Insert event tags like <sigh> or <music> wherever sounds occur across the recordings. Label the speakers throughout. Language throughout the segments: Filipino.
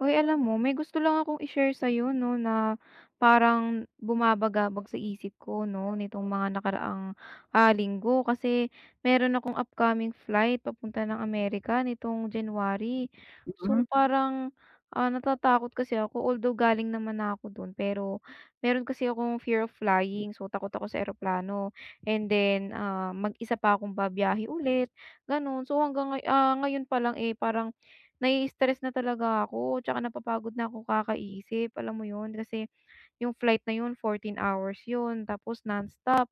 Speaker 1: Uy, alam mo may gusto lang akong i-share sa'yo 'no, na parang bumabagabag sa isip ko 'no, nitong mga nakaraang linggo. Kasi meron akong upcoming flight papunta ng Amerika nitong January.
Speaker 2: Mm.
Speaker 1: So, parang natatakot kasi ako although galing naman na ako dun, pero meron kasi akong fear of flying. So, takot ako sa eroplano and then mag-isa pa akong babiyahe ulit, gano'n. So, hanggang ngayon pa lang, eh, parang nai-stress na talaga ako tsaka napapagod na ako kakaisip, alam mo 'yun? Kasi yung flight na 'yun 14 hours 'yun tapos nonstop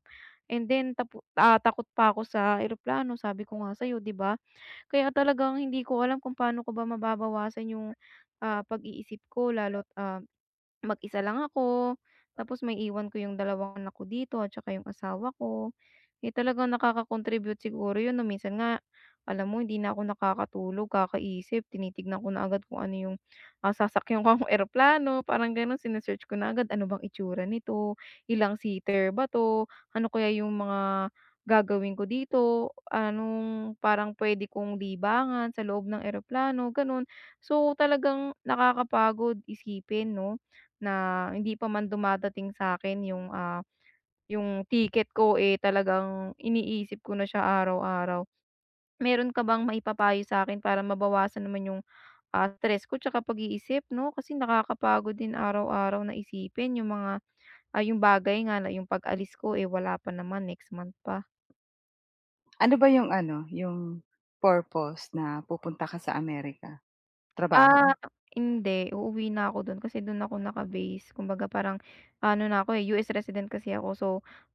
Speaker 1: and then takot pa ako sa eroplano sabi ko nga sa'yo 'di ba? Kaya talagang hindi ko alam kung paano ko ba mababawasan yung pag-iisip ko lalo. Mag-isa lang ako, tapos may iwan ko yung dalawang anak ko dito at saka yung asawa ko. Eh, talagang nakaka-contribute siguro yun 'no, minsan nga alam mo hindi na ako nakakatulog kakaisip tinitignan ko na agad kung ano yung sasakyan ko <laughs> kung eroplano parang gano'n sine ko na agad ano bang itsura nito, ilang seater ba 'to, ano kaya yung mga gagawin ko dito, anong parang puwede kong libangan sa loob ng eroplano gano'n. So, talagang nakakapagod isipin 'no. Na hindi pa man dumadating sa akin yung yung ticket ko, eh, talagang iniisip ko na siya araw-araw. Meron ka bang maipapayo sa akin para mabawasan naman yung stress ko tsaka pag-iisip 'no? Kasi nakakapagod din araw-araw na isipin yung mga yung bagay nga na yung pag-alis ko, eh, wala pa naman, next month pa.
Speaker 2: Ano ba yung ano, yung purpose na pupunta ka sa Amerika?
Speaker 1: Ah,
Speaker 2: Trabaho?
Speaker 1: hindi. Uuwi na ako dun kasi dun ako naka-base. Kumbaga parang ano na ako, eh, US resident kasi ako. So,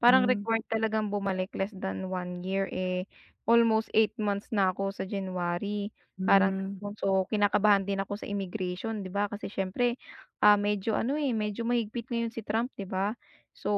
Speaker 1: parang
Speaker 2: Hmm,
Speaker 1: required talagang bumalik less than one year, eh, almost 8 months na ako sa January. Parang
Speaker 2: hmm,
Speaker 1: ganun. So, kinakabahan din ako sa immigration, 'di ba? Kasi siyempre medyo ano, eh, medyo mahigpit ngayon si Trump, 'di ba? So,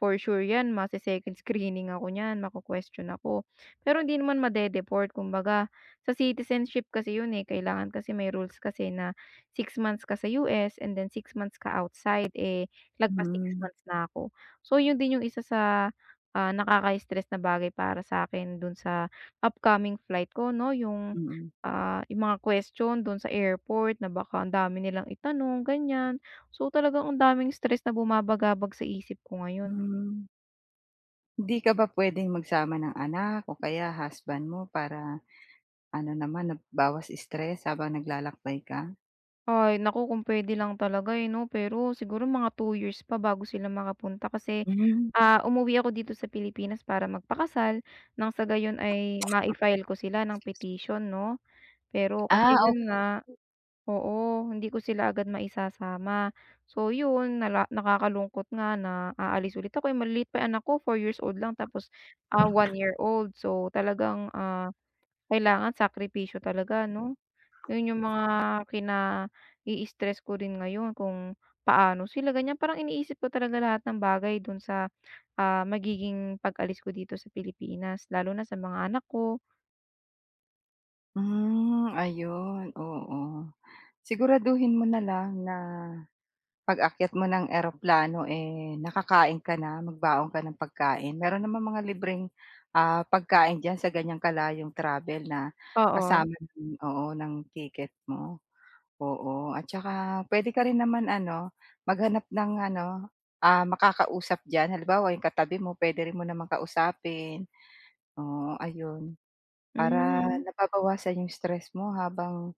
Speaker 1: for sure 'yan mase-second screening ako niyan, mako-question ako. Pero hindi naman made-deport kumbaga sa citizenship kasi yun, eh, kailangan kasi may rules kasi na 6 months ka sa US and then 6 months ka outside, eh, lagpas six
Speaker 2: hmm,
Speaker 1: months na ako. So yun din yung isa sa nakaka-stress na bagay para sa akin dun sa upcoming flight ko 'no, yung
Speaker 2: mm,
Speaker 1: yung mga question dun sa airport na baka ang dami nilang itanong, ganyan. So talagang ang daming stress na bumabagabag sa isip ko ngayon.
Speaker 2: hmm. Hindi ka ba puwedeng magsama ng anak o kaya husband mo para ano naman, na bawas stress habang naglalakbay ka?
Speaker 1: Ay naku, kung pwede lang talaga, eh, 'no, pero siguro mga 2 years pa bago sila makapunta kasi
Speaker 2: Hmm,
Speaker 1: umuwi ako dito sa Pilipinas para magpakasal nang sa gayon ay mai-file ko sila ng
Speaker 2: excuse me.
Speaker 1: petition 'no. Pero kasi
Speaker 2: Ok,
Speaker 1: yun nga, oo, hindi ko sila agad maisasama. So yun, nakakalungkot nga na aalis ulit ako, eh, maliliit pa yung anak ko, 4 years old lang tapos 1 year old. So talagang kailangan sakripisyo talaga 'no. Yun yung mga kinai-stress ko rin ngayon kung paano sila ganyan, parang iniisip ko talaga lahat ng bagay dun sa magiging pag-alis ko dito sa Pilipinas lalo na sa mga anak ko.
Speaker 2: hmm, ayun, oo. Siguraduhin mo na lang na pag akyat mo ng eroplano, eh, nakakain ka na, magbaon ka ng pagkain. Meron namang mga libreng, pagkain diyan sa ganyang kalayong travel na
Speaker 1: Oo,
Speaker 2: kasama ng oo, ng ticket mo. Oo, at saka pwede ka rin naman ano, maghanap ng ano, makakausap diyan. Halimbawa, yung katabi mo puwede rin mo namang kausapin. Oo, ayun. Para
Speaker 1: hmm,
Speaker 2: nababawasan yung stress mo habang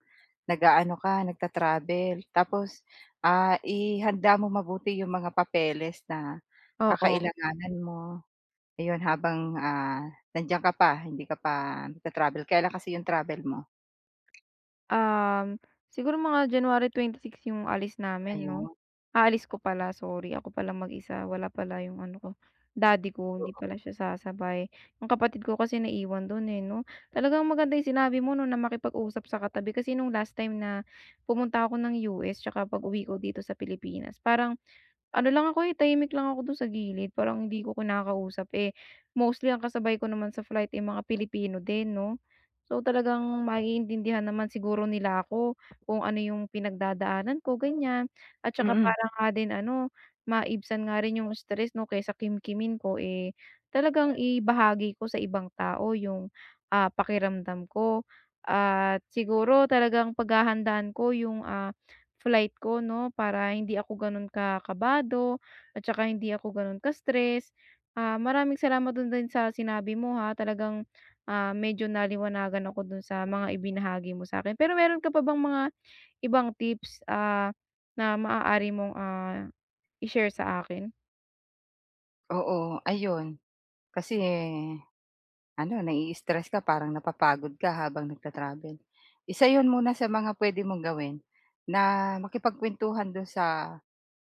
Speaker 2: nag-aano ka, nagta-travel tapos, ihanda mo mabuti yung mga papeles na
Speaker 1: oo.
Speaker 2: kakailanganan mo, ayun habang, nandiyan ka pa hindi ka pa nagta-travel, kailan kasi yung travel mo?
Speaker 1: Um, siguro mga January 26 yung alis namin 'no?
Speaker 2: Ayun,
Speaker 1: Alis ko pala, sorry. Ako pala mag-isa, wala pala yung ano ko, daddy ko, hindi
Speaker 2: oo.
Speaker 1: pala siya sasabay. Yung kapatid ko kasi naiwan dun, eh, 'no? Talagang maganda yung sinabi mo 'no, na makipag-usap sa katabi kasi nung last time na pumunta ako ng US tsaka pag-uwi ko dito sa Pilipinas, parang ano lang ako, eh, tahimik lang ako dun sa gilid parang hindi ko kinakausap, eh, mostly ang kasabay ko naman sa flight, eh, mga Pilipino din 'no. So, talagang maiintindihan naman siguro nila ako kung ano yung pinagdadaanan ko ganiyan at saka
Speaker 2: Mm,
Speaker 1: para nga din ano, maibsan nga rin yung stress 'no kaysa kimkimin ko, eh, talagang ibahagi ko sa ibang tao yung pakiramdam ko at siguro talagang paghahandaan ko yung flight ko 'no, para hindi ako gano'n kakabado at saka hindi ako gano'n ka-stress. Maraming salamat do'n din sa sinabi mo, ha. Talagang medyo naliwanagan ako dun sa mga ibinahagi mo sa akin. Pero meron ka pa bang mga ibang tips na maaari mong i-share sa akin?
Speaker 2: oo, ayun. Kasi ano, nai-stress ka parang napapagod ka habang nagta-travel. Isa yun muna sa mga puwede mong gawin na makipagkuwentuhan dun sa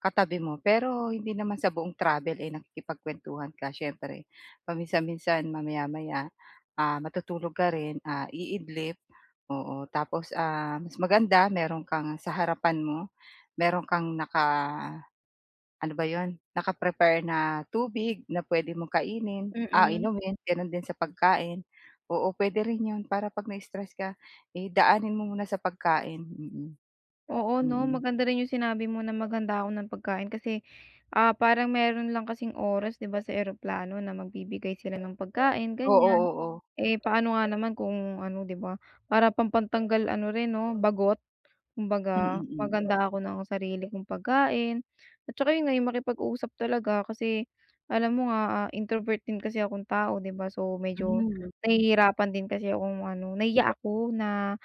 Speaker 2: katabi mo, pero hindi naman sa buong travel, eh, nakikipagkuwentuhan ka siyempre. Paminsan-minsan, mamaya-maya, matutulog ka rin, iidlip, oo. Tapos, mas maganda meron kang sa harapan mo, meron kang naka ano ba 'yun, naka-prepare na tubig na pwede mong kainin,
Speaker 1: Mm.
Speaker 2: inumin, gano'n din sa pagkain. Oo, pwede rin yon para 'pag na-stress ka, eh, daanin mo muna sa pagkain, mm,
Speaker 1: Oo 'no,
Speaker 2: mm.
Speaker 1: maganda rin yung sinabi mo na maganda ako ng pagkain kasi parang meron lang kasing oras 'di ba sa eroplano na magbibigay sila ng pagkain,
Speaker 2: Oo, oo.
Speaker 1: ganyan.
Speaker 2: Oo.
Speaker 1: Eh, paano nga naman kung ano, 'di ba, para pampantanggal ano rin 'no, bagot.
Speaker 2: Mm,
Speaker 1: Kumbaga,
Speaker 2: mm.
Speaker 1: maghanda ako ng sarili kong pagkain at saka yun nga, yung makipag-usap talaga kasi alam mo nga introvert din kasi akong tao, 'di ba, so medyo
Speaker 2: Mm. Hmm.
Speaker 1: nahihirapan din kasi akong ano, nahiya ako na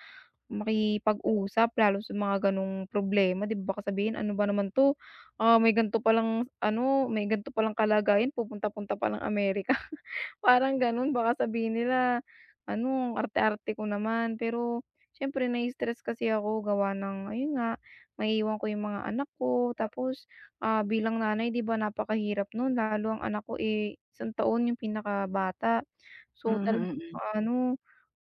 Speaker 1: makipag-usap lalo sa mga gano'ng problema, 'di ba, baka sabihin, "Ano ba naman 'to, may ganito palang ano, may ganito palang kalagayan pupunta-punta pa ng Amerika." Parang gano'n baka sabihin nila ano, ang arte-arte ko naman. Pero siyempre nai-stress kasi ako gawa ng ayun nga, maiiwan ko yung mga anak ko tapos bilang nanay 'di ba napakahirap nun lalo ang anak ko, eh, isang taon yung pinakabata. So
Speaker 2: Mhm,
Speaker 1: talagang
Speaker 2: mm.
Speaker 1: ano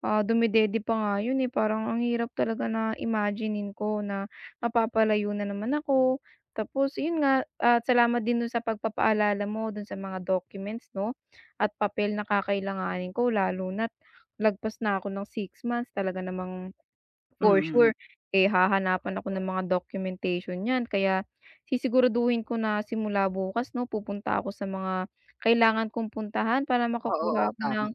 Speaker 1: dumedede pa nga yun, eh, parang ang hirap talaga na imagine-in ko na mapapalayo na naman ako. Tapos yun nga, at salamat din dun sa pagpapaalala mo dun sa mga documents 'no, at papel na kakailanganin ko lalo na't lagpas na ako ng 6 months talaga namang for
Speaker 2: Mm.
Speaker 1: sure, eh, hahanapan ako ng mga documentation niyan kaya sisiguraduhin ko na simula bukas 'no, pupunta ako sa mga kailangan kong puntahan para
Speaker 2: Oo,
Speaker 1: makakuha
Speaker 2: oo,
Speaker 1: ako
Speaker 2: tama.
Speaker 1: ng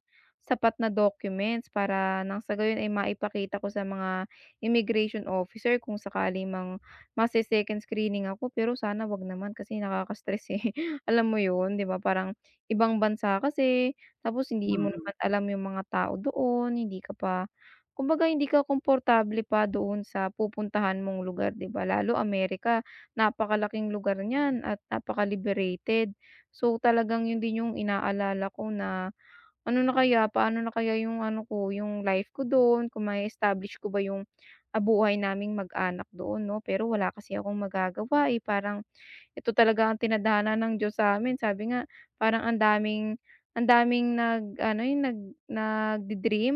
Speaker 1: sapat na documents para nang sa gayon ay maipakita ko sa mga immigration officer kung sakali mang mase-second screening ako. Pero sana 'wag naman kasi nakaka-stress, eh. <laughs> Alam mo yun, 'di ba, parang ibang bansa kasi tapos hindi mo
Speaker 2: Mm.
Speaker 1: naman alam yung mga tao doon, hindi ka pa. Kumbaga hindi ka komportable pa doon sa pupuntahan mong lugar 'di ba, lalo Amerika napakalaking lugar niyan at napaka-liberated. So, talagang yun din yung inaalala ko na, ano na kaya, paano na kaya yung ano ko, yung life ko doon, kung may establish ko ba yung buhay naming mag-anak doon 'no, pero wala kasi akong magagawa, eh, parang ito talaga ang tinadhana ng Diyos sa'min. Sabi nga, parang ang daming nag-ano, yung nag nagde-dream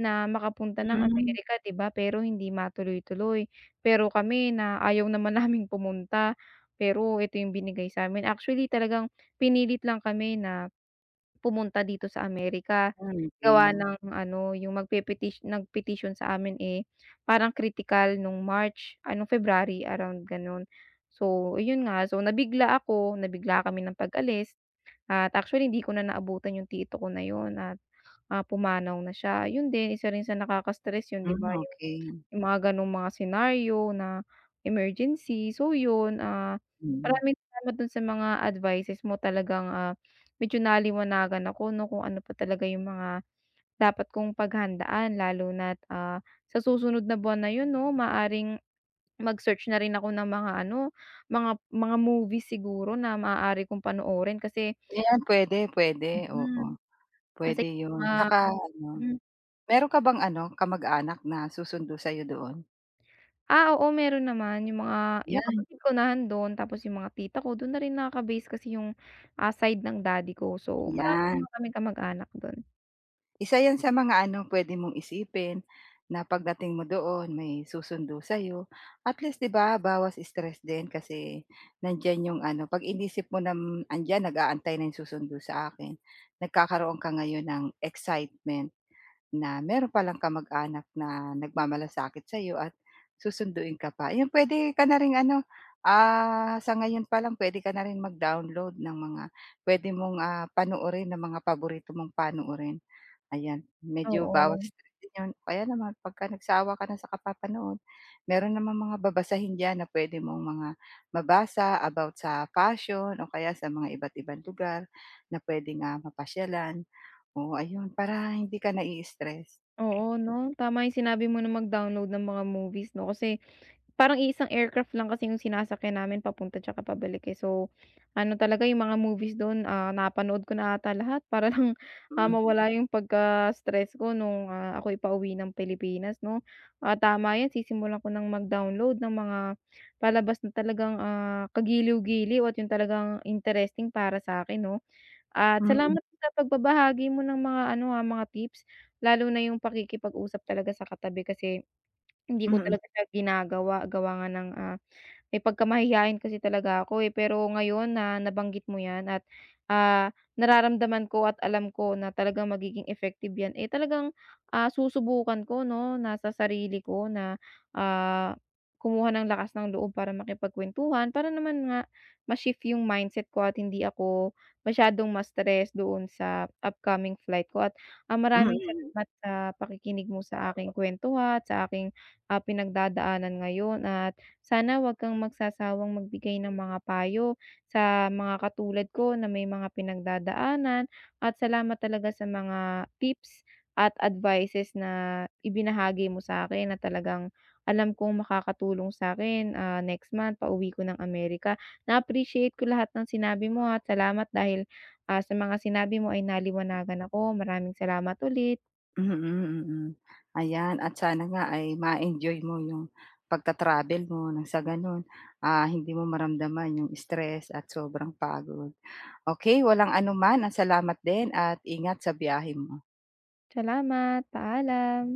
Speaker 1: na makapunta ng Amerika, 'di ba, pero hindi matuloy-tuloy. Pero kami na ayaw naman <laughs> naming pumunta, pero ito yung binigay sa'min. Actually, talagang pinilit lang kami na pumunta dito sa Amerika.
Speaker 2: Hmm,
Speaker 1: Gawa
Speaker 2: okey.
Speaker 1: ng ano, yung nag-petition sa amin, eh, parang kritikal nung March nung February, around gano'n. So, ayun nga, so nabigla ako, nabigla kami ng pag-alis at actually hindi ko na naabutan yung tito ko na yun at pumanaw na siya. Yun din, isa rin sa nakaka-stress yun, 'di
Speaker 2: Hmm,
Speaker 1: ba?
Speaker 2: okey.
Speaker 1: Yung mga gano'ng mga senaryo na emergency. So yun
Speaker 2: Mm.
Speaker 1: maraming salamat dun sa mga advices mo talagang medyo naliwanagan ako 'no, kung ano pa talaga yung mga dapat kong paghandaan lalo na sa susunod na buwan na yun 'no, maaring mag-search na rin ako ng mga ano, mga movies siguro na maaari kong panoorin kasi.
Speaker 2: Ayan, puwede, puwede, oo.
Speaker 1: Mhm. Masaya.
Speaker 2: Puwede 'yun. Tsaka ano,
Speaker 1: Mm. Mm.
Speaker 2: meron ka bang ano, kamag-anak na susundo sa'yo doon?
Speaker 1: Oo meron naman yung mga yung
Speaker 2: 'Yan,
Speaker 1: kapatid ko nando'n tapos yung mga tita ko do'n na rin naka-base kasi yung side ng daddy ko so marami
Speaker 2: 'yan.
Speaker 1: naman kaming kamag-anak do'n.
Speaker 2: Isa 'yan sa mga ano, puwede mong isipin na pagdating mo doon may susundo sa'yo. At least 'di ba, bawas stress din kasi nandiyan yung ano, 'pag inisip mo na, hmm, "Andiyan nag-aantay na yung susundo sa akin." Nagkakaroon ka ngayon ng excitement na meron palang kamag-anak na nagmamalasakit sa'yo at susunduin ka pa. 'Yun pwede ka na ring ano, sa ngayon pa lang puwede ka na rin mag-download ng mga puwede mong, panoorin ng mga paborito mong panoorin. Ayan, medyo bawas
Speaker 1: Oo,
Speaker 2: na din yun. Kaya naman pagka nagsawa ka na sa kapapanood, meron naman mga babasahin diyan na pwede mong mga mabasa about sa fashion o kaya sa mga iba't ibang lugar na pwede nga mapasyalan. Oo, ayun para hindi ka nai-stress.
Speaker 1: oo 'no, tama yung sinabi mo na mag-download ng mga movies 'no kasi parang iisang aircraft lang kasi yung sinasakyan namin papunta tsaka pabalik, eh. So, ano talaga yung mga movies do'n napanood ko na 'ata lahat <laughs> para lang Mm.
Speaker 2: Mm.
Speaker 1: mawala yung pagka-stress ko nung ako'y pauwi ng Pilipinas 'no. Tama 'yan sisimulan ko ng mag-download ng mga palabas na talagang kagiliw-giliw at yung talagang interesting para sa'kin 'no. At
Speaker 2: Mm,
Speaker 1: salamat sa pagbabahagi mo ng mga ano mga tips, lalo na yung pakikipag-usap talaga sa katabi kasi hindi
Speaker 2: mm,
Speaker 1: ko
Speaker 2: mm.
Speaker 1: talaga siya ginagawa gawa nga ng may pagkamahiyain kasi talaga ako, eh, pero ngayon na nabanggit mo 'yan at ah, nararamdaman ko at alam ko na talagang magiging effective 'yan, eh, talagang susubukan ko 'no, na sa sarili ko na ah, kumuha ng lakas ng loob para makipagkuwentuhan para naman nga ma-shift yung mindset ko at hindi ako masyadong ma-stress doon sa upcoming flight ko at maraming
Speaker 2: Mm,
Speaker 1: salamat sa pakikinig mo sa aking kuwento, ha, at sa aking pinagdadaanan ngayon at sana wag kang magsasawang magbigay ng mga payo sa mga katulad ko na may mga pinagdadaanan at salamat talaga sa mga tips at advices na ibinahagi mo sa akin na talagang alam kong makakatulong sa'kin next month pauwi ko ng Amerika. Na-appreciate ko lahat ng sinabi mo at salamat dahil sa mga sinabi mo ay naliwanagan ako. Maraming salamat ulit.
Speaker 2: mm. Mm, mm. Ayan at sana nga ay ma-enjoy mo yung pagta-travel mo nang sa gano'n, hindi mo maramdaman yung stress at sobrang pagod. Okay, walang anuman at salamat din at ingat sa biyahe mo.
Speaker 1: Salamat, paalam.